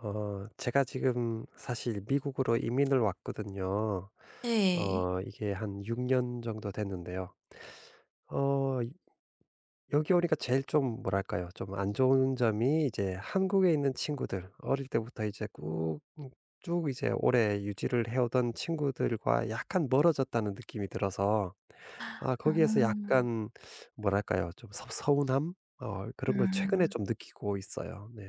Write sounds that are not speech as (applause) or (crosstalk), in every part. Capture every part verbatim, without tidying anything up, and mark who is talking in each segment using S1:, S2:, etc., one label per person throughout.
S1: 어 제가 지금 사실 미국으로 이민을 왔거든요.
S2: 네.
S1: 어 이게 한 육 년 정도 됐는데요. 어 이- 여기 오니까 제일 좀 뭐랄까요? 좀 안 좋은 점이 이제 한국에 있는 친구들 어릴 때부터 이제 꾹 음 쭉 이제 오래 유지를 해 오던 친구들과 약간 멀어졌다는 느낌이 들어서 아
S2: 어.
S1: 거기에서
S2: 음.
S1: 약간 뭐랄까요? 좀 섭 서운함? 어 그런 걸 최근에
S2: 음,
S1: 좀 느끼고 있어요. 네.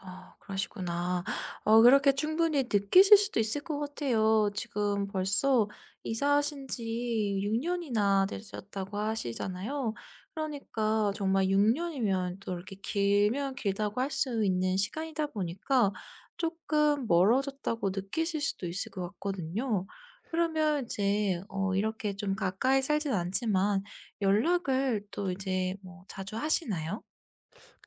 S2: 아 그러시구나. 어 그렇게 충분히 느끼실 수도 있을 것 같아요. 지금 벌써 이사하신 지 육 년이나 되셨다고 하시잖아요. 그러니까 정말 육 년이면 또 이렇게 길면 길다고 할 수 있는 시간이다 보니까 조금 멀어졌다고 느끼실 수도 있을 것 같거든요. 그러면 이제 어 이렇게 좀 가까이 살진 않지만 연락을 또 이제 뭐 자주 하시나요?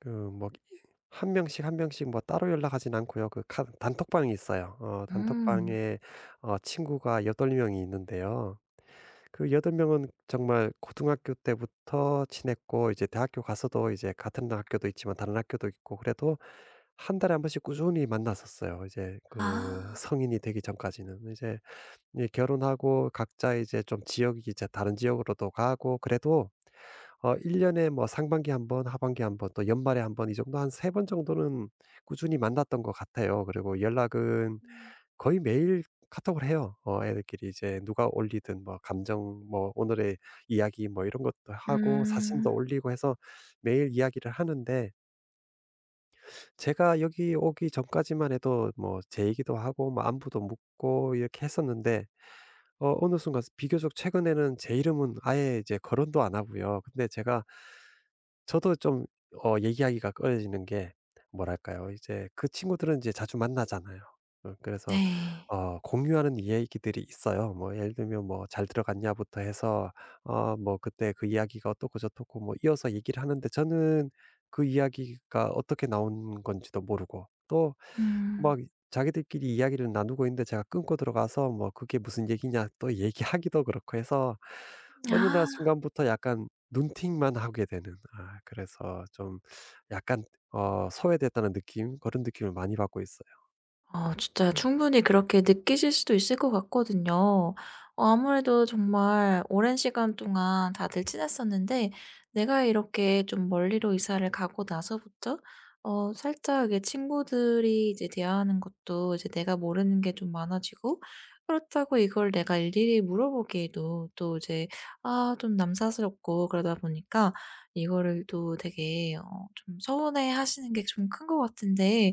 S1: 그 뭐 한 명씩, 한 명씩 뭐 따로 연락하진 않고요. 그 카 단톡방이 있어요. 어
S2: 음.
S1: 단톡방에 어 친구가 여덟 명이 있는데요. 그 여덟 명은 정말 고등학교 때부터 친했고 이제 대학교 가서도 이제 같은 학교도 있지만 다른 학교도 있고 그래도 한 달에 한 번씩 꾸준히 만났었어요. 이제 그
S2: 아.
S1: 성인이 되기 전까지는. 이제 이제 결혼하고 각자 이제 좀 지역이 이제 다른 지역으로도 가고 그래도 어 일 년에 뭐 상반기 한 번, 하반기 한 번, 또 연말에 한번 이 정도 한 세 번 정도는 꾸준히 만났던 것 같아요. 그리고 연락은
S2: 음.
S1: 거의 매일 카톡을 해요. 어 애들끼리 이제 누가 올리든 뭐 감정 뭐 오늘의 이야기 뭐 이런 것도 하고
S2: 음.
S1: 사진도 올리고 해서 매일 이야기를 하는데 제가 여기 오기 전까지만 해도 뭐 제 얘기도 하고 뭐 안부도 묻고 이렇게 했었는데 어 어느 순간 비교적 최근에는 제 이름은 아예 이제 거론도 안 하고요. 근데 제가 저도 좀 어 얘기하기가 꺼려지는 게 뭐랄까요? 이제 그 친구들은 이제 자주 만나잖아요. 어 그래서
S2: 네.
S1: 어 공유하는 이야기들이 있어요. 뭐 예를 들면 뭐 "잘 들어갔냐?"부터 해서 어 뭐 그때 그 이야기가 어떻고 저떻고 뭐 이어서 얘기를 하는데 저는 그 이야기가 어떻게 나온 건지도 모르고 또
S2: 음.
S1: 막 자기들끼리 이야기를 나누고 있는데 제가 끊고 들어가서 뭐 "그게 무슨 얘기냐?" 또 얘기하기도 그렇고 해서 어느 날
S2: 아.
S1: 순간부터 약간 눈팅만 하게 되는 아 그래서 좀 약간 어 소외됐다는 느낌 그런 느낌을 많이 받고 있어요.
S2: 어 진짜 충분히 그렇게 느끼실 수도 있을 것 같거든요. 어 아무래도 정말 오랜 시간 동안 다들 친했었는데 내가 이렇게 좀 멀리로 이사를 가고 나서부터 어 살짝 이게 친구들이 이제 대화하는 것도 이제 내가 모르는 게 좀 많아지고 그렇다고 이걸 내가 일일이 물어보기에도 또 이제 아 좀 남사스럽고 그러다 보니까 이거를 또 되게 어 좀 서운해하시는 게 좀 큰 것 같은데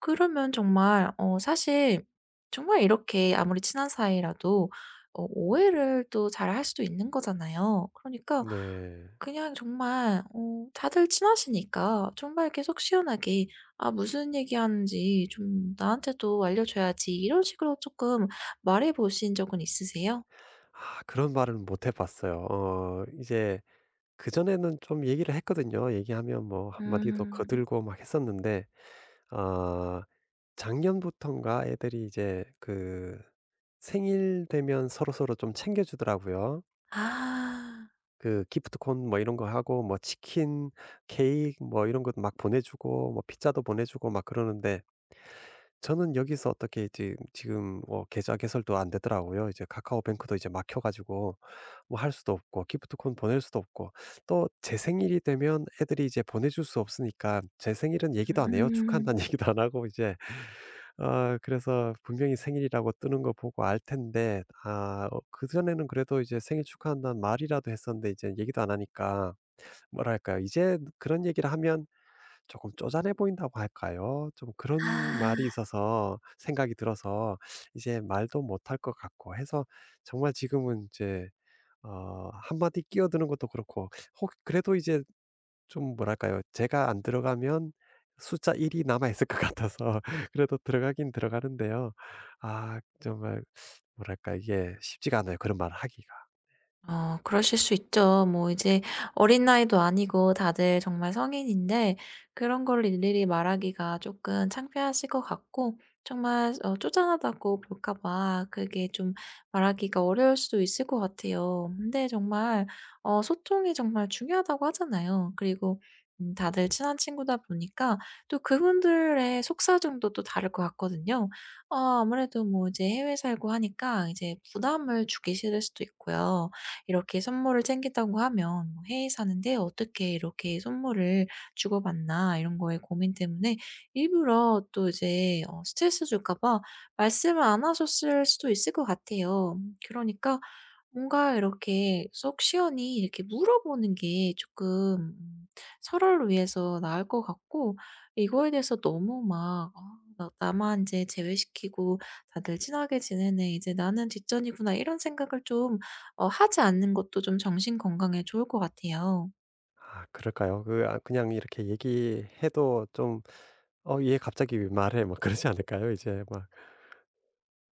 S2: 그러면 정말 어 사실 정말 이렇게 아무리 친한 사이라도 어 오해를 또 잘할 수도 있는 거잖아요. 그러니까
S1: 네.
S2: 그냥 정말 어 다들 친하시니까 정말 이렇게 속 시원하게 "아 무슨 얘기하는지 좀 나한테도 알려줘야지." 이런 식으로 쪼끔 말해 보신 적은 있으세요?
S1: 아 그런 말은 못 해 봤어요. 어 이제 그전에는 좀 얘기를 했거든요. 얘기하면 뭐 한마디 더
S2: 음.
S1: 거들고 막 했었는데 어 작년부터인가 애들이 이제 그 생일 되면 서로서로 좀 챙겨 주더라고요.
S2: 아.
S1: 그 기프트콘 뭐 이런 거 하고 뭐 치킨, 케이크 뭐 이런 것막 보내 주고 뭐 피자도 보내 주고 막 그러는데 저는 여기서 어떻게 이제 지금 뭐 계좌 개설도 안 되더라고요. 이제 카카오뱅크도 이제 막혀 가지고 뭐 할 수도 없고 기프트콘 보낼 수도 없고 또 제 생일이 되면 애들이 이제 보내줄 수 없으니까 제 생일은 얘기도
S2: 음.
S1: 안 해요.
S2: 음.
S1: 축하한다는 (laughs) 얘기도 안 하고 이제 아 그래서 분명히 생일이라고 뜨는 거 보고 알 텐데 아 어 그전에는 그래도 이제 생일 축하한다는 말이라도 했었는데 이제 얘기도 안 하니까 뭐랄까요. 이제 그런 얘기를 하면 조금 쪼잔해 보인다고 할까요? 좀 그런
S2: 아.
S1: 말이 있어서 생각이 들어서 이제 말도 못할 것 같고 해서 정말 지금은 이제 어 한마디 끼어드는 것도 그렇고 혹 그래도 이제 좀 뭐랄까요? 제가 안 들어가면 숫자 일이 남아있을 것 같아서 (laughs) 그래도 들어가긴 들어가는데요. 아 정말 뭐랄까 이게 쉽지가 않아요, 그런 말을 하기가.
S2: 어 그러실 수 있죠. 뭐 이제 어린 나이도 아니고 다들 정말 성인인데 그런 걸 일일이 말하기가 조금 창피하실 것 같고 정말 어 쪼잔하다고 볼까 봐 그게 좀 말하기가 어려울 수도 있을 것 같아요. 근데 정말 어 소통이 정말 중요하다고 하잖아요. 그리고 음 다들 친한 친구다 보니까 또 그분들의 속사정도 또 다를 것 같거든요. 어 아무래도 뭐 이제 해외 살고 하니까 이제 부담을 주기 싫을 수도 있고요. 이렇게 선물을 챙긴다고 하면 뭐 해외 사는데 어떻게 이렇게 선물을 주고받나 이런 거에 고민 때문에 일부러 또 이제 어 스트레스 줄까 봐 말씀을 안 하셨을 수도 있을 것 같아요. 그러니까 뭔가 이렇게 속 시원히 이렇게 물어보는 게 조금 음 서로를 위해서 나을 것 같고 이거에 대해서 너무 막 '아 나 나만 이제 제외시키고 다들 친하게 지내네. 이제 나는 뒷전이구나.' 이런 생각을 좀 어 하지 않는 것도 좀 정신 건강에 좋을 것 같아요.
S1: 아 그럴까요? 그 아 그냥 이렇게 얘기해도 좀 "어 얘 갑자기 왜 말해?" 막 그러지 않을까요? 이제 막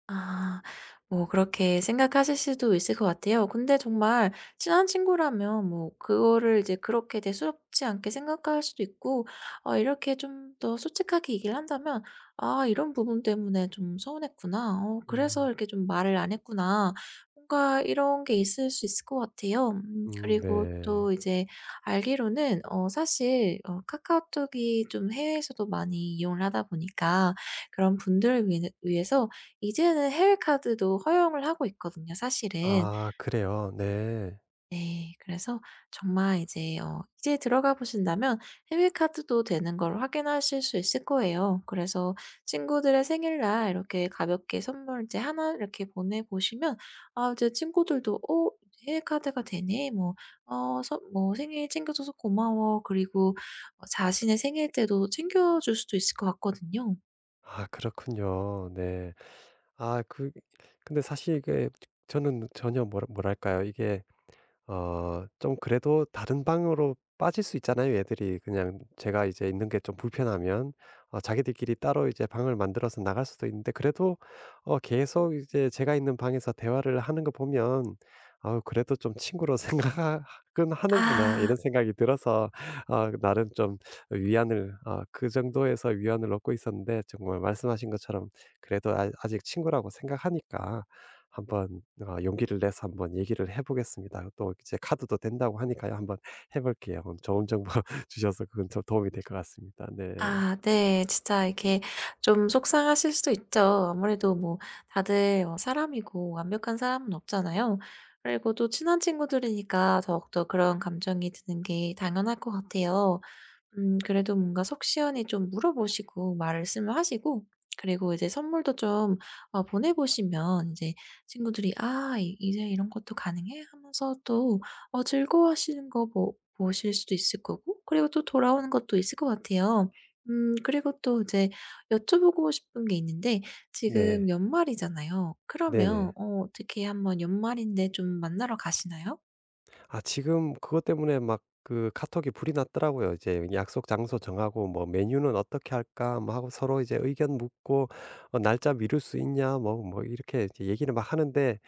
S2: 아. 뭐 그렇게 생각하실 수도 있을 것 같아요. 근데 정말 친한 친구라면 뭐 그거를 이제 그렇게 대수롭지 않게 생각할 수도 있고 어 이렇게 좀 더 솔직하게 얘기를 한다면 '아 이런 부분 때문에 좀 서운했구나. 어 그래서
S1: 음.
S2: 이렇게 좀 말을 안 했구나.' 뭔가 이런 게 있을 수 있을 것 같아요. 음
S1: 음
S2: 그리고
S1: 네.
S2: 또 이제 알기로는 어 사실 어 카카오톡이 좀 해외에서도 많이 이용을 하다 보니까 그런 분들을 위 위해서 이제는 해외 카드도 허용을 하고 있거든요 사실은.
S1: 아 그래요? 네.
S2: 네. 그래서 정말 이제 어 이제 들어가 보신다면 해외 카드도 되는 걸 확인하실 수 있을 거예요. 그래서 친구들의 생일날 이렇게 가볍게 선물 이제 나 이렇게 보내 보시면 아 이제 친구들도 "어 해외 카드가 되네." 뭐 "어 선 뭐 생일 챙겨줘서 고마워." 그리고 어 자신의 생일 때도 챙겨줄 수도 있을 것 같거든요.
S1: 아 그렇군요. 네. 아 그 근데 사실 이게 저는 전혀 뭐라 뭐랄까요? 이게 어 좀 그래도 다른 방으로 빠질 수 있잖아요 애들이. 그냥 제가 이제 있는 게 좀 불편하면 어 자기들끼리 따로 이제 방을 만들어서 나갈 수도 있는데 그래도 어
S2: 음.
S1: 계속 이제 제가 있는 방에서 대화를 하는 거 보면 아 그래도 좀 친구로 (laughs) 생각은 하는구나.'
S2: 아.
S1: 이런 생각이 들어서 어 나름 좀 위안을 어, 그 정도에서 위안을 얻고 있었는데 정말 말씀하신 것처럼 그래도 아 아직 친구라고 생각하니까 한번 아 용기를 내서 한번 얘기를 해 보겠습니다. 또 이제 카드도 된다고 하니까요. 한번 해 볼게요. 오늘 좋은 정보 (laughs) 주셔서 그건 좀 도움이 될 것 같습니다. 네.
S2: 아 네. 진짜 이렇게 좀 속상하실 수도 있죠. 아무래도 뭐 다들 어 사람이고 완벽한 사람은 없잖아요. 그리고 또 친한 친구들이니까 더욱더 그런 감정이 드는 게 당연할 것 같아요. 음 그래도 뭔가 속 시원히 좀 물어보시고 말씀을 하시고 그리고 이제 선물도 좀 어 보내 보시면 이제 친구들이 '아 이 이제 이런 것도 가능해?' 하면서 또 어 즐거워하시는 거 보 보실 수도 있을 거고 그리고 또 돌아오는 것도 있을 것 같아요. 음 그리고 또 이제 여쭤보고 싶은 게 있는데
S1: 네.
S2: 지금 연말이잖아요. 그러면
S1: 네네.
S2: 어 어떻게 한번 연말인데 좀 만나러 가시나요?
S1: 아 지금 그것 때문에 막 그 카톡이 불이 났더라고요. 이제 약속 장소 정하고 뭐 '메뉴는 어떻게 할까?' 뭐 하고 서로 이제 의견 묻고 어 "날짜 미룰 수 있냐?" 뭐 뭐 이렇게 이제 얘기를 막 하는데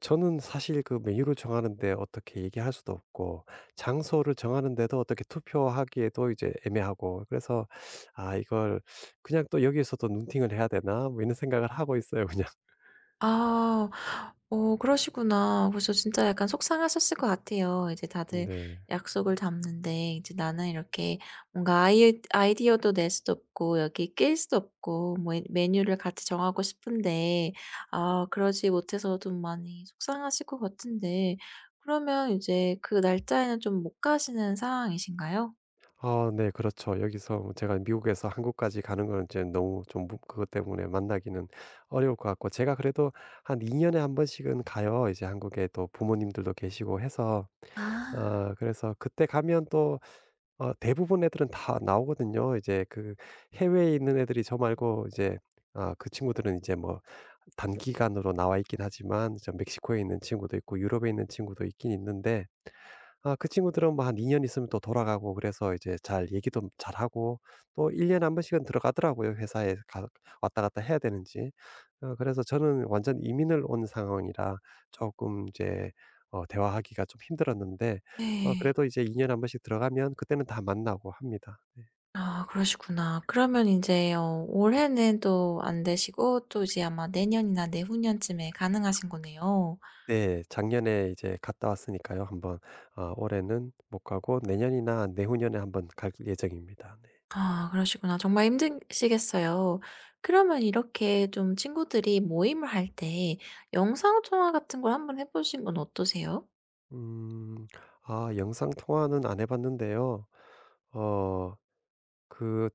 S1: 저는 사실 그 메뉴를 정하는데 어떻게 얘기할 수도 없고 장소를 정하는데도 어떻게 투표하기에도 이제 애매하고 그래서 '아 이걸 그냥 또 여기에서도 눈팅을 해야 되나?' 뭐 이런 생각을 하고 있어요 그냥. (laughs)
S2: 아. 어 그러시구나. 그래서 진짜 약간 속상하셨을 것 같아요. 이제 다들
S1: 네.
S2: 약속을 잡는데 이제 나는 이렇게 뭔가 아이 아이디어도 낼 수도 없고 여기 낄 수도 없고 뭐 이 메뉴를 같이 정하고 싶은데 아 그러지 못해서 좀 많이 속상하실 것 같은데 그러면 이제 그 날짜에는 좀 못 가시는 상황이신가요?
S1: 아 네 그렇죠. 여기서 뭐 제가 미국에서 한국까지 가는 건 이제 너무 좀 무 그것 때문에 만나기는 어려울 것 같고 제가 그래도 한 이 년에 한 번씩은 가요. 이제 한국에 또 부모님들도 계시고 해서.
S2: 아.
S1: 아 그래서 그때 가면 또 아 대부분 애들은 다 나오거든요. 이제 그 해외에 있는 애들이 저 말고 이제 아 그 친구들은 이제 뭐 단기간으로 나와 있긴 하지만 저 멕시코에 있는 친구도 있고 유럽에 있는 친구도 있긴 있는데 아 그 친구들은 뭐 한 이 년 있으면 또 돌아가고 그래서 이제 잘 얘기도 잘하고 또 일 년에 한 번씩은 들어가더라고요, 회사에 가 왔다 갔다 해야 되는지. 어 그래서 저는 완전 이민을 온 상황이라 조금 이제 어 대화하기가 좀 힘들었는데 어
S2: 네.
S1: 그래도 이제 이 년에 한 번씩 들어가면 그때는 다 만나고 합니다. 네.
S2: 아 그러시구나. 그러면 이제 어 올해는 또 안 되시고 또 이제 아마 내년이나 내후년쯤에 가능하신 거네요.
S1: 네. 작년에 이제 갔다 왔으니까요 한 번. 아 올해는 못 가고 내년이나 내후년에 한번 갈 예정입니다. 네.
S2: 아 그러시구나. 정말 힘드시겠어요. 그러면 이렇게 좀 친구들이 모임을 할 때 영상 통화 같은 걸 한번 해 보신 건 어떠세요?
S1: 음. 아 영상 통화는 안해 봤는데요. 어 그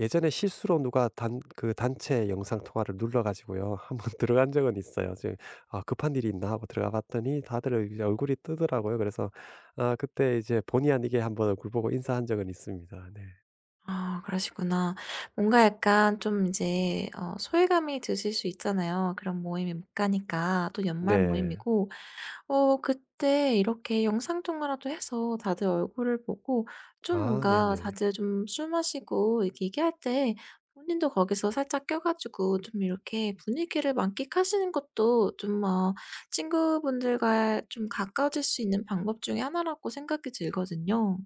S1: 예전에 실수로 누가 단 그 단체 영상 통화를 눌러 가지고요. 한번 (laughs) 들어간 적은 있어요. 지금 '아 급한 일이 있나?' 하고 들어가 봤더니 다들 이제 얼굴이 뜨더라고요. 그래서 아 그때 이제 본의 아니게 한번 얼굴 보고 인사한 적은 있습니다. 네.
S2: 아 그러시구나. 뭔가 약간 좀 이제 어 소외감이 드실 수 있잖아요. 그런 모임에 못 가니까. 또 연말
S1: 네.
S2: 모임이고 어 그때 이렇게 영상 통화라도 해서 다들 얼굴을 보고 좀
S1: 아
S2: 뭔가
S1: 네네.
S2: 다들 좀 술 마시고 이렇게 얘기할 때 본인도 거기서 살짝 껴 가지고 좀 이렇게 분위기를 만끽하시는 것도 좀 어 친구분들과 좀 가까워질 수 있는 방법 중에 하나라고 생각이 들거든요.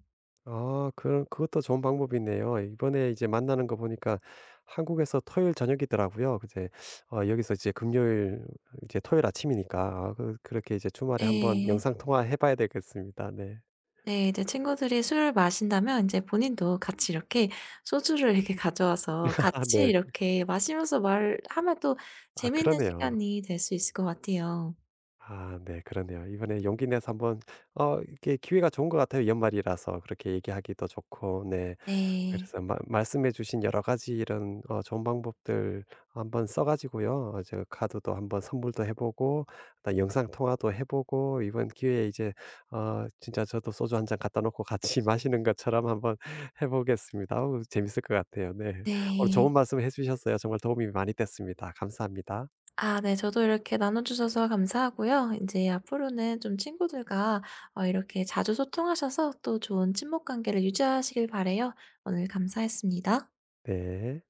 S1: 아 그런 그것도 좋은 방법이네요. 이번에 이제 만나는 거 보니까 한국에서 토요일 저녁이더라고요. 이제 어 여기서 이제 금요일 이제 토요일 아침이니까 아 그 그렇게 이제 주말에 한번
S2: 네.
S1: 영상 통화해 봐야 되겠습니다. 네.
S2: 네. 이제 친구들이 술을 마신다면 이제 본인도 같이 이렇게 소주를 이렇게 가져와서
S1: (laughs) 아,
S2: 같이
S1: 네.
S2: 이렇게 마시면서 말하면 또
S1: 아
S2: 재미있는
S1: 그러네요.
S2: 시간이 될 수 있을 것 같아요.
S1: 아 네 그러네요. 이번에 용기 내서 한번 어 이게 기회가 좋은 것 같아요. 연말이라서 그렇게 얘기하기도 좋고. 네.
S2: 네.
S1: 그래서 마 말씀해 주신 여러 가지 이런 어 좋은 방법들 한번 써 가지고요. 어 저 카드도 한번 선물도 해 보고 그다음 영상 통화도 해 보고 이번 기회에 이제 어 진짜 저도 소주 한 잔 갖다 놓고 같이 (laughs) 마시는 것처럼 한번 (laughs) 해 보겠습니다. 어우 재밌을 것 같아요. 네. 오늘 좋은
S2: 네.
S1: 말씀 해 주셨어요. 정말 도움이 많이 됐습니다. 감사합니다.
S2: 아 네. 저도 이렇게 나눠 주셔서 감사하고요. 이제 앞으로는 좀 친구들과 어 이렇게 자주 소통하셔서 또 좋은 친목 관계를 유지하시길 바래요. 오늘 감사했습니다.
S1: 네.